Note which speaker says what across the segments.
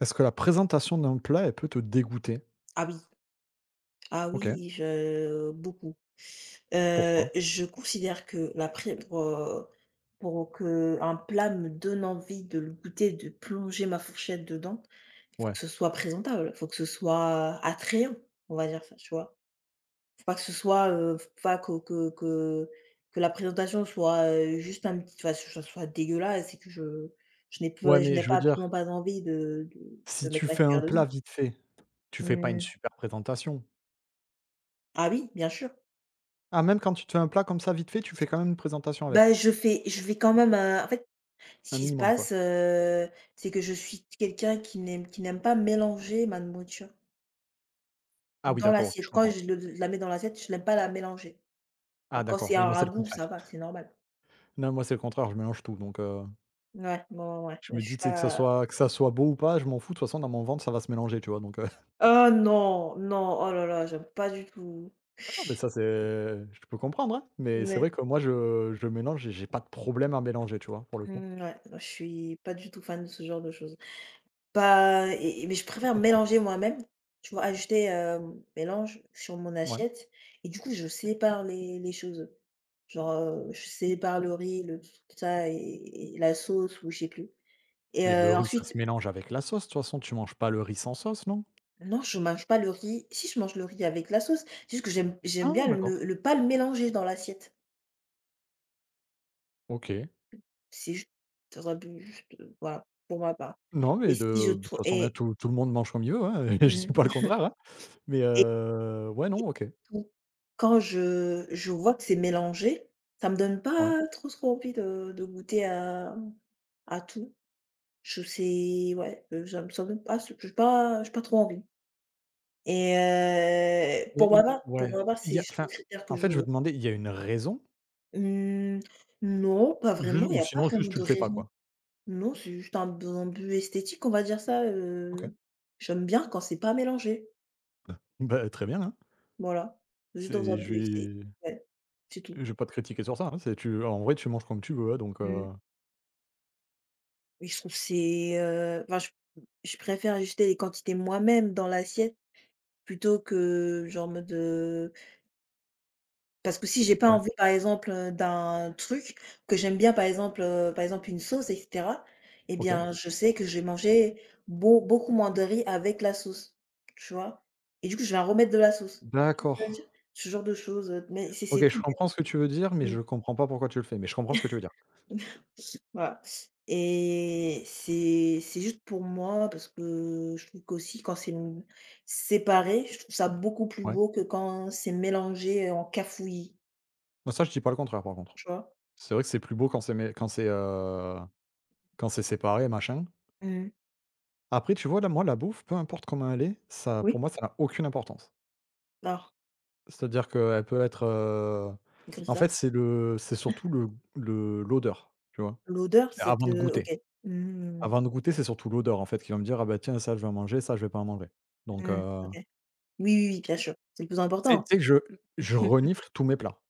Speaker 1: Est-ce que la présentation d'un plat, elle peut te dégoûter?
Speaker 2: Ah oui, ah
Speaker 1: OK.
Speaker 2: oui, je beaucoup.
Speaker 1: Pourquoi?
Speaker 2: Je considère que pour qu'un plat me donne envie de le goûter, de plonger ma fourchette dedans, il faut
Speaker 1: Ouais.
Speaker 2: que ce soit présentable, il faut que ce soit attrayant, on va dire ça, tu vois? Faut pas que la présentation soit, juste un petit enfin, ce soit dégueulasse et que je je n'ai
Speaker 1: Ouais,
Speaker 2: pas je
Speaker 1: mais
Speaker 2: n'ai
Speaker 1: je veux
Speaker 2: pas absolument
Speaker 1: dire,
Speaker 2: pas envie de de
Speaker 1: si
Speaker 2: de mettre
Speaker 1: tu
Speaker 2: ma
Speaker 1: fais un
Speaker 2: cuillère dedans.
Speaker 1: plat vite fait, tu fais pas une
Speaker 2: Mmh.
Speaker 1: super présentation.
Speaker 2: Ah oui, bien sûr.
Speaker 1: Ah, même quand tu te fais un plat comme ça vite fait, tu fais quand même une présentation avec?
Speaker 2: Bah, je vais quand même, en fait, ce
Speaker 1: Un
Speaker 2: qui se
Speaker 1: minimum, quoi?
Speaker 2: passe, c'est que je suis quelqu'un qui n'aime pas mélanger ma nourriture
Speaker 1: Ah oui,
Speaker 2: dans
Speaker 1: d'accord, OK, je
Speaker 2: l'assiette. Quand
Speaker 1: comprends.
Speaker 2: je le la mets dans l'assiette, je n'aime pas la mélanger. Bah,
Speaker 1: Ah
Speaker 2: quand
Speaker 1: d'accord,
Speaker 2: c'est
Speaker 1: oui,
Speaker 2: un
Speaker 1: moi, c'est le
Speaker 2: ragoût, ça
Speaker 1: contraire.
Speaker 2: va, c'est normal.
Speaker 1: Non, moi, c'est le contraire, je mélange tout, donc
Speaker 2: Ouais, ouais, ouais,
Speaker 1: je
Speaker 2: ouais,
Speaker 1: me
Speaker 2: je
Speaker 1: dis,
Speaker 2: suis
Speaker 1: tu sais, que ça
Speaker 2: pas
Speaker 1: soit que ça soit beau ou pas, je m'en fous, de toute façon, dans mon ventre, ça va se mélanger, tu vois?
Speaker 2: oh non, non, oh là là, j'aime pas du tout.
Speaker 1: Ah mais ça, c'est je peux comprendre, hein, mais c'est
Speaker 2: Ouais,
Speaker 1: vrai que moi, je mélange et j'ai pas de problème à mélanger, tu vois? Pour le coup.
Speaker 2: mmh, ouais, je suis pas du tout fan de ce genre de choses. Bah, mais je
Speaker 1: Je peux se
Speaker 2: préfère
Speaker 1: comprendre.
Speaker 2: mélanger moi-même, tu vois? Ajouter, mélange sur mon
Speaker 1: Ouais.
Speaker 2: assiette et du coup, je sépare les choses. Genre, je sépare le riz, le tout ça la sauce ou je sais plus et
Speaker 1: Mais le riz, ça se
Speaker 2: ensuite
Speaker 1: mélange avec la sauce, de toute façon, tu manges pas le riz sans sauce, non?
Speaker 2: non, je mange pas le riz. Si, je mange le riz avec la sauce, c'est juste que j'aime
Speaker 1: Ah
Speaker 2: bien le
Speaker 1: d'accord.
Speaker 2: me le pas le mélanger dans l'assiette.
Speaker 1: OK.
Speaker 2: C'est juste, ça aurait pu juste, voilà, pour ma part
Speaker 1: Non,
Speaker 2: et
Speaker 1: mais
Speaker 2: si je
Speaker 1: de toute
Speaker 2: trouve
Speaker 1: façon, là,
Speaker 2: et
Speaker 1: tout le monde mange comme il veut, hein, et je dis pas
Speaker 2: mmh
Speaker 1: le contraire, hein. Mais ouais, non, OK.
Speaker 2: tout. Quand je vois que c'est mélangé, ça me donne
Speaker 1: Ouais.
Speaker 2: pas trop, trop envie de goûter à tout. Je sais ouais, ça me donne pas je j'ai pas trop envie et pour ma part,
Speaker 1: Il y
Speaker 2: c'est
Speaker 1: a
Speaker 2: juste
Speaker 1: enfin,
Speaker 2: le critère
Speaker 1: en
Speaker 2: que
Speaker 1: fait,
Speaker 2: je
Speaker 1: je veux demander, il y a une raison?
Speaker 2: mmh, non, pas
Speaker 1: Juste
Speaker 2: vraiment, il
Speaker 1: ou
Speaker 2: y a pas
Speaker 1: sinon, juste,
Speaker 2: vraiment
Speaker 1: tu
Speaker 2: de
Speaker 1: le fais pas,
Speaker 2: raison.
Speaker 1: quoi?
Speaker 2: Non, c'est juste un but esthétique, on va dire ça,
Speaker 1: OK.
Speaker 2: j'aime bien quand c'est pas mélangé,
Speaker 1: Bah, très bien, hein.
Speaker 2: voilà. Juste dans un
Speaker 1: C'est
Speaker 2: but ex
Speaker 1: vais
Speaker 2: ouais, c'est tout.
Speaker 1: je vais pas te critiquer sur ça, hein, c'est tu en vrai, tu manges comme tu veux, hein, donc
Speaker 2: Mmh.
Speaker 1: heu,
Speaker 2: Oui, je trouve que c'est, enfin, je préfère ajuster les quantités moi-même dans l'assiette plutôt que genre en mode, parce que si j'ai pas
Speaker 1: ouais,
Speaker 2: envie, par exemple, d'un truc que j'aime bien, par exemple une sauce et cetera et
Speaker 1: OK.
Speaker 2: bien, je sais que je vais manger beaucoup moins de riz avec la sauce, tu vois? Et du coup, je vais en remettre de la sauce. Tu
Speaker 1: D'accord.
Speaker 2: vois ce que je veux dire? Ce genre de choses, mais c'est
Speaker 1: OK,
Speaker 2: tout
Speaker 1: je
Speaker 2: bête.
Speaker 1: comprends ce que tu veux dire, mais je comprends pas pourquoi tu le fais, mais je comprends ce que tu veux dire.
Speaker 2: Voilà. Et c'est juste pour moi parce que je trouve qu'aussi quand c'est m séparé, je trouve ça beaucoup plus
Speaker 1: Ouais.
Speaker 2: beau que quand c'est mélangé en cafouillis,
Speaker 1: Moi ça, je dis pas le contraire, par contre.
Speaker 2: tu vois?
Speaker 1: C'est vrai que c'est plus beau quand c'est mé quand c'est séparé, machin.
Speaker 2: Mmh.
Speaker 1: Après, tu vois, là, moi, la bouffe, peu importe comment elle est, ça pour
Speaker 2: Oui.
Speaker 1: moi, ça n'a aucune importance.
Speaker 2: Ah,
Speaker 1: C'est-à-dire qu'elle peut être, en fait,
Speaker 2: grisâtre.
Speaker 1: c'est le c'est surtout le l'odeur, tu vois?
Speaker 2: L'odeur,
Speaker 1: C'est
Speaker 2: cette,
Speaker 1: avant de goûter.
Speaker 2: OK. Mmh,
Speaker 1: Avant de goûter, c'est surtout l'odeur, en fait, qui va me dire: «Ah bah, tiens, ça, je vais en manger, ça, je vais pas en manger». Donc
Speaker 2: mmh,
Speaker 1: heu,
Speaker 2: OK. Oui, oui, oui, bien sûr, c'est le plus
Speaker 1: tu sais tu
Speaker 2: important.
Speaker 1: sais que je renifle tous mes plats.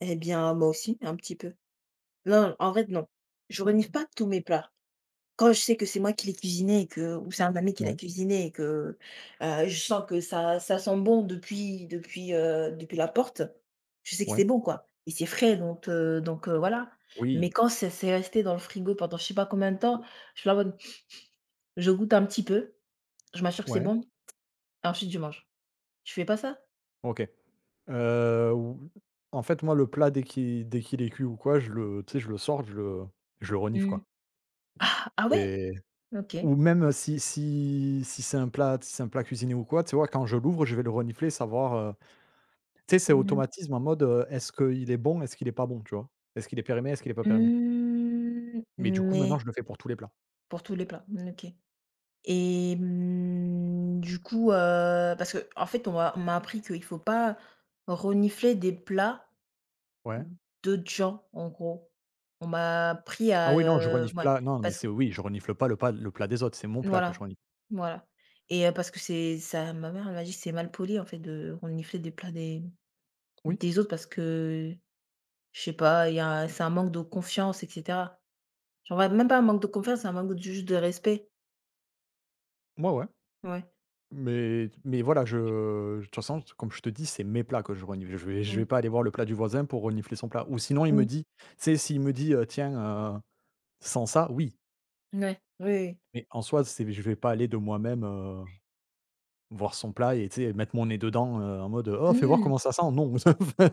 Speaker 2: Eh bien, moi aussi, un petit peu. Non, en vrai, non. Je renifle pas tous mes plats. Quand je sais que c'est moi qui l'ai cuisiné et que ou c'est un ami qui l'a
Speaker 1: Ouais,
Speaker 2: cuisiné et que, je sens que ça sent bon depuis la porte, je sais que
Speaker 1: ouais.
Speaker 2: c'est bon, quoi et c'est frais donc voilà. Mais
Speaker 1: Oui.
Speaker 2: quand c'est resté dans le frigo pendant je sais pas combien de temps, je suis là en mode je goûte un petit peu, je m'assure que c'est
Speaker 1: Ouais,
Speaker 2: bon et ensuite je mange. Tu fais pas ça?
Speaker 1: OK. Ou en fait, moi, le plat dès qu'il est cuit ou quoi, je le sors, je le renifle,
Speaker 2: Mmh.
Speaker 1: quoi,
Speaker 2: Ah! Ah ouais?
Speaker 1: et
Speaker 2: OK.
Speaker 1: ou même si c'est un plat si c'est un plat cuisiné ou quoi, tu vois, quand je l'ouvre, je vais le renifler, savoir, tu sais, c'est
Speaker 2: Mmh mh.
Speaker 1: automatisme en mode, est-ce qu'il est bon, est-ce qu'il est pas bon, tu vois? Est-ce qu'il est périmé, est-ce qu'il est pas périmé?
Speaker 2: Mmh,
Speaker 1: Mais du coup, maintenant,
Speaker 2: mais
Speaker 1: je le fais pour tous les plats.
Speaker 2: pour tous les plats. Mmh, OK. Et du coup, parce que en fait, on m'a appris qu'il faut pas renifler des plats
Speaker 1: Ouais.
Speaker 2: d'autres gens, en gros. On m'a appris
Speaker 1: Ah
Speaker 2: à,
Speaker 1: oui, non, je renifle
Speaker 2: ouais,
Speaker 1: pas, non, mais
Speaker 2: parce
Speaker 1: c'est oui, je renifle pas le plat des autres, c'est mon plat que je
Speaker 2: voilà,
Speaker 1: renifle.
Speaker 2: voilà. Et parce que c'est ça ma mère, elle m'a dit: que «C'est mal poli, en fait, de renifler des plats des
Speaker 1: Oui,
Speaker 2: des autres parce que, je sais pas, il y a c'est un manque de confiance et cetera». Genre, ouais, même pas un manque de confiance, c'est un manque de juste de respect.
Speaker 1: moi, ouais.
Speaker 2: Ouais.
Speaker 1: Mais voilà, je de toute façon, comme je te dis, c'est mes plats que je renifle. Je vais
Speaker 2: Mmh.
Speaker 1: pas aller voir le plat du voisin pour renifler son plat. Ou sinon, il me
Speaker 2: Mmh.
Speaker 1: dit tu sais, s'il me dit, «Tiens, heu, sans ça», oui.
Speaker 2: Ouais. Oui, oui.
Speaker 1: Mais en soi, c'est je vais pas aller de moi-même, voir son plat et tu sais, mettre mon nez dedans, en mode: «Oh, fais voir
Speaker 2: Mmh.
Speaker 1: comment ça sent». Non,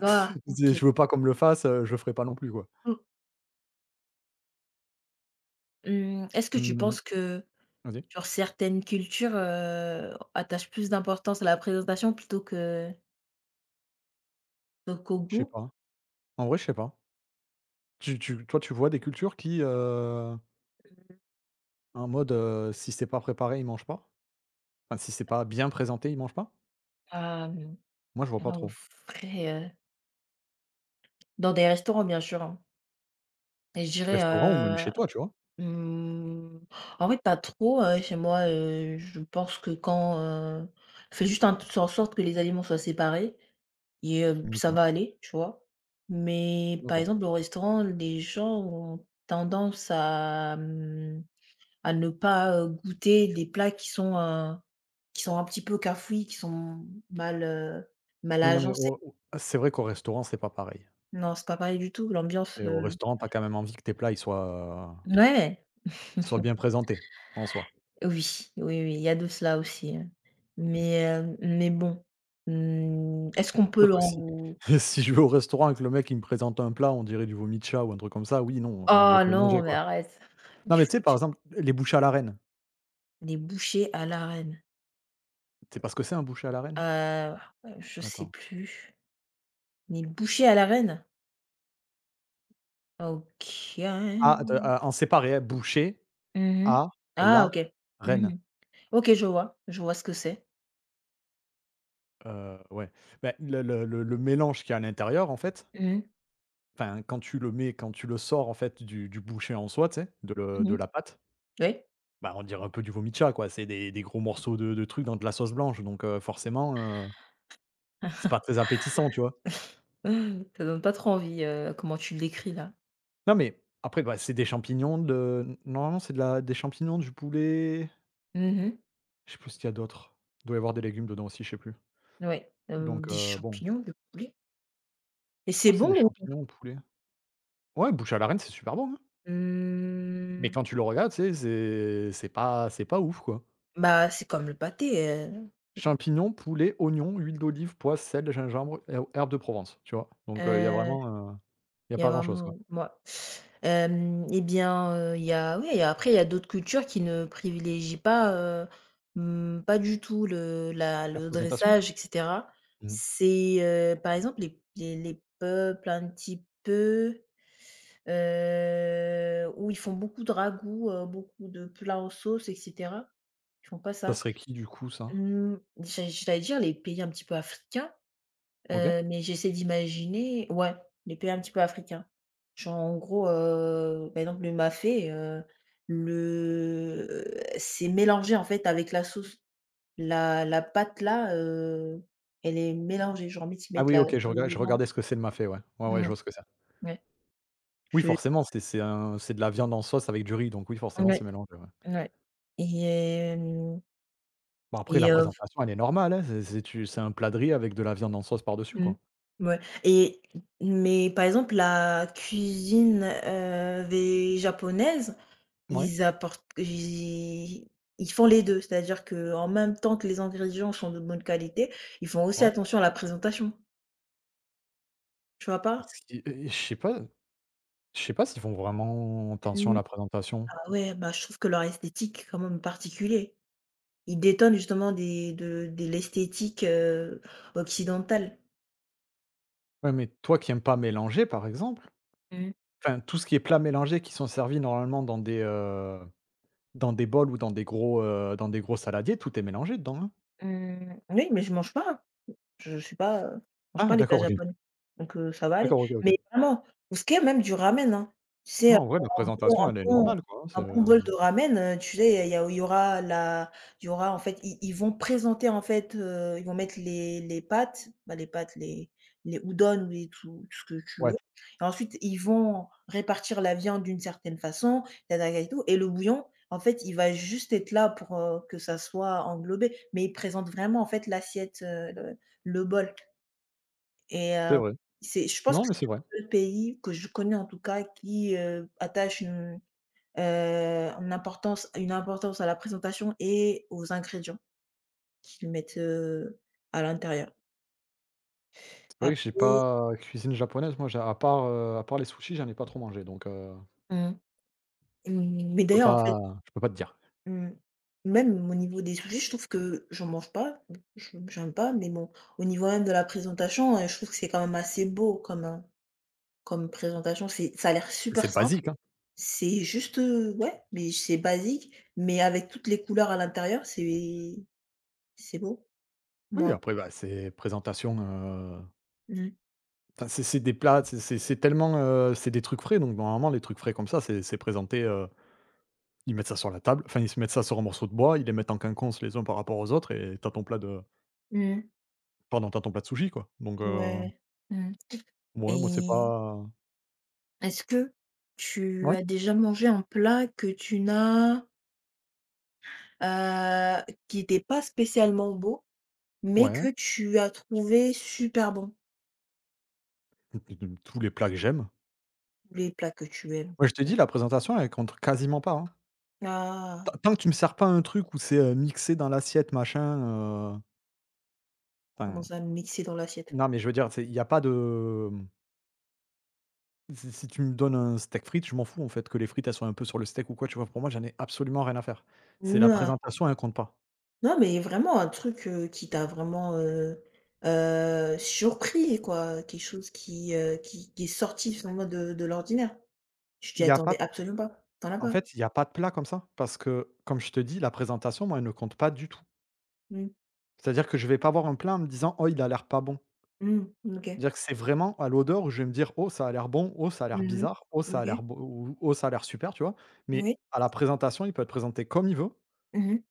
Speaker 2: Ah! OK.
Speaker 1: je veux pas qu'on me le fasse, je ferai pas non plus, quoi.
Speaker 2: Mmh. Mmh, est-ce que tu
Speaker 1: Mmh.
Speaker 2: penses que,
Speaker 1: Vas-y.
Speaker 2: genre, certaines cultures, attachent plus d'importance à la présentation plutôt qu'au
Speaker 1: Je sais
Speaker 2: goût?
Speaker 1: pas. En vrai, je sais pas. Tu tu toi, tu vois des cultures qui, en mode, si c'est pas préparé, ils mangent pas? Enfin, si c'est pas bien présenté, ils mangent pas?
Speaker 2: Hem,
Speaker 1: Moi, je vois pas
Speaker 2: alors, au
Speaker 1: trop.
Speaker 2: frais, dans des restaurants, bien sûr, hein. Et je dirais,
Speaker 1: Restaurant ou même chez toi, tu vois?
Speaker 2: mmh, en fait, pas trop, chez moi, je pense que quand, fais juste en sorte que les aliments soient séparés et ça
Speaker 1: OK,
Speaker 2: va aller, tu vois? Mais par
Speaker 1: d'accord.
Speaker 2: exemple, au restaurant, les gens ont tendance à ne pas, goûter des plats qui sont un petit peu cafouis, qui sont mal
Speaker 1: Oui, non, mais
Speaker 2: agencés.
Speaker 1: au c'est vrai qu'au restaurant, c'est pas pareil.
Speaker 2: Non, c'est pas pareil du tout, l'ambiance,
Speaker 1: Et au restaurant, tu as quand même envie que tes plats, ils
Speaker 2: ouais.
Speaker 1: soient bien présentés, en soi.
Speaker 2: Oui, oui, oui, il y a de cela aussi, hein. Mais bon, mmh, est-ce qu'on peut
Speaker 1: Sûr que
Speaker 2: leur
Speaker 1: si
Speaker 2: en
Speaker 1: si je vais au restaurant et que le mec, il me présente un plat, on dirait du vomi de chat ou un truc comme ça, oui, non, enfin, je vais
Speaker 2: oh
Speaker 1: pas le manger,
Speaker 2: non, mais
Speaker 1: quoi.
Speaker 2: arrête.
Speaker 1: Non,
Speaker 2: Du
Speaker 1: mais tu sais,
Speaker 2: foot.
Speaker 1: par exemple, les bouchées à l'arène,
Speaker 2: Les bouchées à l'arène,
Speaker 1: tu sais pas ce que c'est un bouché à l'arèine?
Speaker 2: heu, je sais
Speaker 1: Attends.
Speaker 2: plus. Les bouchées à l'arène? OK.
Speaker 1: Ah, de en séparé, hein, bouchée
Speaker 2: Mmh.
Speaker 1: à
Speaker 2: Ah,
Speaker 1: la
Speaker 2: OK.
Speaker 1: reine.
Speaker 2: Mmh. OK, je vois ce que c'est.
Speaker 1: Ouais. Beh, le mélange qu'il y a à l'intérieur, en fait.
Speaker 2: Mmh mh.
Speaker 1: Enfin, quand tu le mets, quand tu le sors en fait du boucher en soi, tu sais, de le de
Speaker 2: Mmh.
Speaker 1: la pâte,
Speaker 2: Oui.
Speaker 1: bah, on dirait un peu du vomi de chat quoi. C'est des gros morceaux de trucs dans de la sauce blanche donc forcément, heu, c'est pas très appétissant, tu vois?
Speaker 2: Ça donne pas trop envie, comment tu le décris là.
Speaker 1: Non mais après, bah, c'est des champignons de normalement c'est de la des champignons, du poulet,
Speaker 2: Mmh mh.
Speaker 1: je sais plus ce qu'il y a d'autre. Il doit y avoir des légumes dedans aussi, je sais plus.
Speaker 2: Ouais,
Speaker 1: Donc
Speaker 2: des
Speaker 1: heu, bon,
Speaker 2: champignons, du poulet et
Speaker 1: je
Speaker 2: c'est
Speaker 1: crois que c'est des
Speaker 2: bon ou?
Speaker 1: champignons au poulet. Ouais, bouche à la reine, c'est super bon, hein. Mais
Speaker 2: Mmh,
Speaker 1: quand tu le regardes, tu sais, c'est pas ouf, quoi.
Speaker 2: bah, c'est comme le pâté, non?
Speaker 1: Champignons, poulet, oignons, huile d'olive, pois, sel, gingembre, herbes de Provence, tu vois? Donc il y a
Speaker 2: Heu
Speaker 1: vraiment, il y a
Speaker 2: Il y a
Speaker 1: pas grand chose, quoi.
Speaker 2: vraiment moi et bien, il y a oui, et après il y a d'autres cultures qui ne privilégient pas, mmh, pas du tout
Speaker 1: La
Speaker 2: le
Speaker 1: présentation?
Speaker 2: dressage, et cetera.
Speaker 1: Mmh.
Speaker 2: C'est, par exemple, les peuples un petit peu, où ils font beaucoup de ragoûts, beaucoup de plats en sauce, et cetera. Ils font pas
Speaker 1: Ça
Speaker 2: ça.
Speaker 1: serait qui du coup ça?
Speaker 2: Mmh, j'allais dire les pays un petit peu africains.
Speaker 1: OK.
Speaker 2: Mais j'essaie d'imaginer ouais, les pays un petit peu africains. Genre en gros, par exemple le mafé, c'est mélangé en fait avec la sauce. La pâte là, elle est mélangée, genre envie de
Speaker 1: Ah
Speaker 2: mettre
Speaker 1: oui,
Speaker 2: mettent la
Speaker 1: OK, je
Speaker 2: sauce
Speaker 1: regarde je
Speaker 2: dedans.
Speaker 1: regardais ce que c'est le mafé, ouais. Ouais, ouais, je
Speaker 2: Mmh,
Speaker 1: vois ce que c'est.
Speaker 2: ouais.
Speaker 1: Oui,
Speaker 2: Je
Speaker 1: forcément, c'est de la viande en sauce avec du riz, donc oui, forcément,
Speaker 2: Ouais,
Speaker 1: c'est mélangé, ouais.
Speaker 2: ouais. Et hem
Speaker 1: Bon après la
Speaker 2: et
Speaker 1: présentation, elle est normale, hein, c'est un plat de riz avec de la viande en sauce par-dessus,
Speaker 2: mmh,
Speaker 1: quoi.
Speaker 2: mouais et mais par exemple la cuisine, vé japonaise.
Speaker 1: Ouais,
Speaker 2: Ils apportent ils ils font les 2, c'est-à-dire qu'en même temps que les ingrédients sont de bonne qualité, ils font aussi
Speaker 1: ouais.
Speaker 2: attention à la présentation, tu vois
Speaker 1: Parce
Speaker 2: pas?
Speaker 1: qui et je sais pas s'ils font vraiment attention à
Speaker 2: Mmh.
Speaker 1: la présentation.
Speaker 2: Ah ouais, bah, je trouve que leur esthétique est quand même particulier. Ils détonnent justement des de l'esthétique, occidentale.
Speaker 1: Ouais, mais toi qui aimes pas mélanger, par exemple.
Speaker 2: Mmh.
Speaker 1: Enfin, tout ce qui est plats mélangés qui sont servis normalement dans des bols ou dans des gros saladiers, tout est mélangé dedans, hein?
Speaker 2: Mmh, oui, mais je mange pas, hein. Je mange pas
Speaker 1: Ah
Speaker 2: les plats
Speaker 1: d'accord, OK.
Speaker 2: japonais, donc ça va aller.
Speaker 1: D'accord, OK, OK.
Speaker 2: Mais vraiment, pour ce qui est même du ramen, hein, tu sais,
Speaker 1: Non, en vrai, la
Speaker 2: bon,
Speaker 1: présentation, elle est normale, quoi, hein, c'est,
Speaker 2: un bon bol de ramen, tu sais, il y a il y aura la il y aura en fait, ils vont présenter en fait, ils vont mettre les pâtes, bah, les udon ou les tout ce que tu
Speaker 1: ouais,
Speaker 2: veux et ensuite ils vont répartir la viande d'une certaine façon, ta ta ta et tout et le bouillon, en fait, il va juste être là pour, que ça soit englobé, mais ils présentent vraiment en fait l'assiette, le bol et
Speaker 1: c'est vrai.
Speaker 2: c'est je pense
Speaker 1: Non,
Speaker 2: que
Speaker 1: mais
Speaker 2: c'est
Speaker 1: c'est vrai.
Speaker 2: le seul pays que je connais en tout cas qui, attache une importance à la présentation et aux ingrédients qu'ils mettent, à l'intérieur.
Speaker 1: C'est vrai que j'ai
Speaker 2: Après
Speaker 1: pas cuisine japonaise, moi, j'ai à part les sushis, j'en ai pas trop mangé, donc
Speaker 2: mmh, mmh, mais
Speaker 1: je peux
Speaker 2: d'ailleurs, en fait,
Speaker 1: pas je peux pas te dire.
Speaker 2: mmh, même au niveau des sushis, je trouve que j'en mange pas, je j'aime pas, mais bon, au niveau même de la présentation, je trouve que c'est quand même assez beau comme présentation. C'est ça a l'air super
Speaker 1: C'est
Speaker 2: simple,
Speaker 1: basique, hein.
Speaker 2: c'est juste, ouais, mais c'est basique, mais avec toutes les couleurs à l'intérieur, c'est beau.
Speaker 1: Oui,
Speaker 2: Moi.
Speaker 1: après, bah, c'est présentation,
Speaker 2: Mmh.
Speaker 1: enfin, c'est des plats, c'est tellement, c'est des trucs frais, donc normalement, les trucs frais comme ça, c'est présenté, heu. Ils mettent ça sur la table, enfin ils se mettent ça sur un morceau de bois, ils les mettent en quinconce les uns par rapport aux autres et t'as ton plat de
Speaker 2: Mmh.
Speaker 1: pardon, t'as ton plat de sushi quoi. Donc
Speaker 2: Ouais. Mmh.
Speaker 1: ouais, moi c'est
Speaker 2: Et
Speaker 1: pas
Speaker 2: est-ce que tu
Speaker 1: ouais,
Speaker 2: as déjà mangé un plat heu, qui n'était pas spécialement beau, mais
Speaker 1: ouais,
Speaker 2: que tu as trouvé super bon?
Speaker 1: tous les plats que j'aime.
Speaker 2: Les plats que tu aimes.
Speaker 1: Moi, je te
Speaker 2: Ouais.
Speaker 1: dis la présentation elle compte quasiment pas, hein.
Speaker 2: Ah!
Speaker 1: Tant que tu me sers pas un truc où c'est, mixé dans l'assiette machin, heu, enfin
Speaker 2: Commence à mixer dans l'assiette.
Speaker 1: non mais je veux dire, c'est il y a pas de si si tu me donnes un steak frites, je m'en fous en fait que les frites elles soient un peu sur le steak ou quoi, tu vois? Pour moi, j'en ai absolument rien à faire. C'est la
Speaker 2: Non,
Speaker 1: présentation, elle compte pas.
Speaker 2: non, mais vraiment un truc, qui t'a vraiment, surpris quoi, quelque chose qui, qui est sorti finalement de l'ordinaire. Je t'y
Speaker 1: Il y a
Speaker 2: attendais
Speaker 1: pas.
Speaker 2: absolument pas. T'en as
Speaker 1: En
Speaker 2: pas?
Speaker 1: fait, il y a pas de plat comme ça, parce que, comme je te dis, la présentation, moi, elle ne compte pas du tout.
Speaker 2: Mmh.
Speaker 1: C'est-à-dire que je vais pas voir un plat en me disant: «Oh, il a l'air pas bon».
Speaker 2: Mmh. OK.
Speaker 1: C'est-à-dire que c'est vraiment à l'odeur où je vais me dire: «Oh, ça a l'air bon, oh, ça a l'air
Speaker 2: Mmh.
Speaker 1: bizarre, oh, ça a
Speaker 2: OK.
Speaker 1: l'air beau ou oh, ça a l'air super», tu vois? Mais
Speaker 2: Oui.
Speaker 1: à la présentation, il peut être présenté comme il veut,
Speaker 2: Mmh.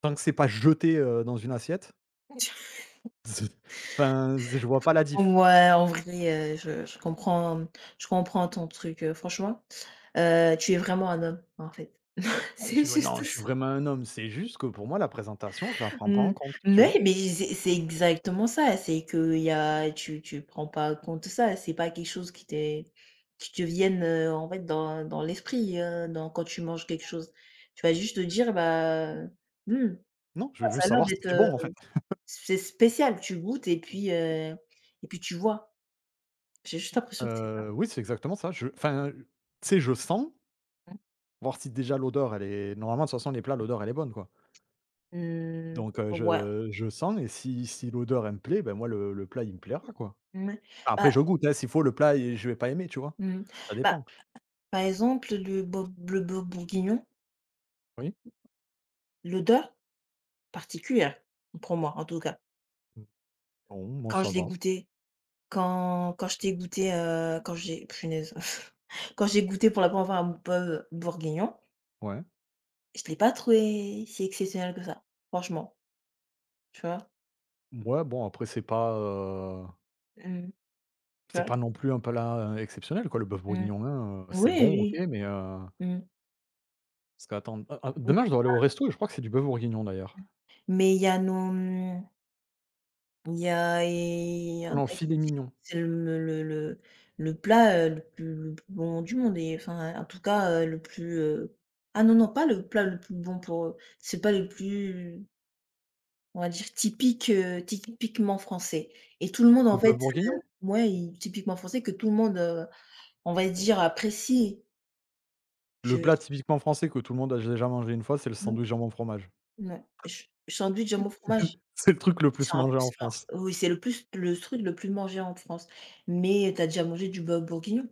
Speaker 1: tant que c'est pas jeté, dans une assiette, enfin, je vois pas la diff.
Speaker 2: Ouais, en vrai, je comprends ton truc, franchement, tu es vraiment un homme, en fait. C'est
Speaker 1: Je
Speaker 2: juste
Speaker 1: non, je suis
Speaker 2: ça.
Speaker 1: vraiment un homme, c'est juste que pour moi, la présentation, je la prends pas en
Speaker 2: Mmh,
Speaker 1: compte, tu vois?
Speaker 2: mais c'est exactement ça, c'est qu'il y a tu prends pas compte de ça, c'est pas quelque chose qui te vienne, en fait, dans l'esprit, dans quand tu manges quelque chose. Tu vas juste te dire: «Bah, mmh,
Speaker 1: Non, je
Speaker 2: ah,
Speaker 1: veux
Speaker 2: ça a
Speaker 1: juste
Speaker 2: l'air
Speaker 1: savoir si
Speaker 2: d'être,
Speaker 1: c'est bon, en fait.
Speaker 2: c'est spécial». Tu goûtes et puis tu vois. J'ai juste l'impression que c'est ça.
Speaker 1: Oui, c'est exactement ça. Je enfin, tu sais, je sens. Voir si déjà l'odeur elle est normalement de toute façon les plats l'odeur elle est bonne quoi.
Speaker 2: Mmh,
Speaker 1: Donc
Speaker 2: ouais,
Speaker 1: je sens et si si l'odeur elle me plaît, ben moi le plat il me plaira quoi.
Speaker 2: mouais.
Speaker 1: Enfin, après
Speaker 2: Bah
Speaker 1: je goûte, hein, s'il faut le plat et je vais pas aimer, tu vois?
Speaker 2: mmh,
Speaker 1: Ça
Speaker 2: bah,
Speaker 1: dépend.
Speaker 2: par exemple, le bœuf bourguignon,
Speaker 1: Oui?
Speaker 2: l'odeur particulière, pour moi, en tout cas.
Speaker 1: Bon moi
Speaker 2: Quand
Speaker 1: ça
Speaker 2: je l'ai
Speaker 1: va.
Speaker 2: goûté, quand quand je t'ai goûté, Quand j'ai goûté pour la première fois un bœuf bourguignon,
Speaker 1: Ouais.
Speaker 2: je l'ai pas trouvé si exceptionnel que ça, franchement, tu vois?
Speaker 1: Ouais, bon après
Speaker 2: Mmh, tu
Speaker 1: c'est
Speaker 2: vois?
Speaker 1: pas non plus un plat, exceptionnel quoi, le bœuf
Speaker 2: Mmh.
Speaker 1: bourguignon, hein, c'est
Speaker 2: Oui,
Speaker 1: bon OK,
Speaker 2: oui,
Speaker 1: mais
Speaker 2: oui. Mmh,
Speaker 1: parce qu'attends, demain je dois aller au resto et je crois que c'est du bœuf bourguignon d'ailleurs.
Speaker 2: mais il y en
Speaker 1: Non,
Speaker 2: a qui
Speaker 1: filet
Speaker 2: disent que
Speaker 1: mignon.
Speaker 2: c'est le plat, le plus bon du monde et enfin, en tout cas, ah non, non, pas le plat le plus bon pour, c'est pas le plus, on va dire typiquement français et tout le monde
Speaker 1: Le
Speaker 2: en
Speaker 1: bœuf
Speaker 2: fait,
Speaker 1: bourguignon?
Speaker 2: moi typiquement français que tout le monde, on va dire apprécie. Je
Speaker 1: Le
Speaker 2: vais
Speaker 1: plat typiquement français que tout le monde a déjà mangé une fois, c'est le
Speaker 2: non,
Speaker 1: sandwich jambon fromage.
Speaker 2: non, ch sandwich jambon au fromage,
Speaker 1: C'est le truc le
Speaker 2: c'est
Speaker 1: plus
Speaker 2: un
Speaker 1: mangé en
Speaker 2: c'est un
Speaker 1: France.
Speaker 2: oui, c'est le truc le plus mangé en France, mais tu as déjà mangé du bœuf bourguignon?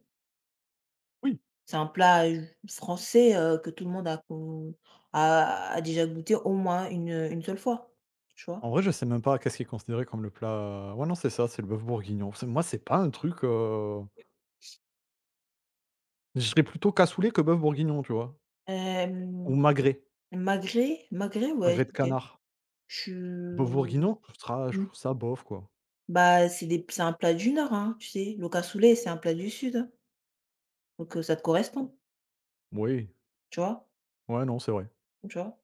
Speaker 1: Oui,
Speaker 2: C'est un plat, français, que tout le monde a déjà goûté au moins une seule fois, tu
Speaker 1: en
Speaker 2: vois?
Speaker 1: vrai, je sais même pas qu'est-ce qui est considéré comme le plat, ouais, non, c'est ça, c'est le bœuf bourguignon. C'est moi, c'est pas un truc, je dirais plutôt cassoulet que bœuf bourguignon, tu vois? Ou
Speaker 2: Hem,
Speaker 1: magret,
Speaker 2: Magret, Magret, ouais,
Speaker 1: magret de
Speaker 2: OK.
Speaker 1: canard.
Speaker 2: Je suis
Speaker 1: Bœuf bourguignon, je
Speaker 2: mmh,
Speaker 1: trouve ça bof, quoi.
Speaker 2: bah, c'est un plat du nord, hein, tu sais? Le cassoulet, c'est un plat du sud, hein, donc ça te correspond,
Speaker 1: Oui,
Speaker 2: tu vois?
Speaker 1: ouais, non, c'est vrai.
Speaker 2: Tu vois?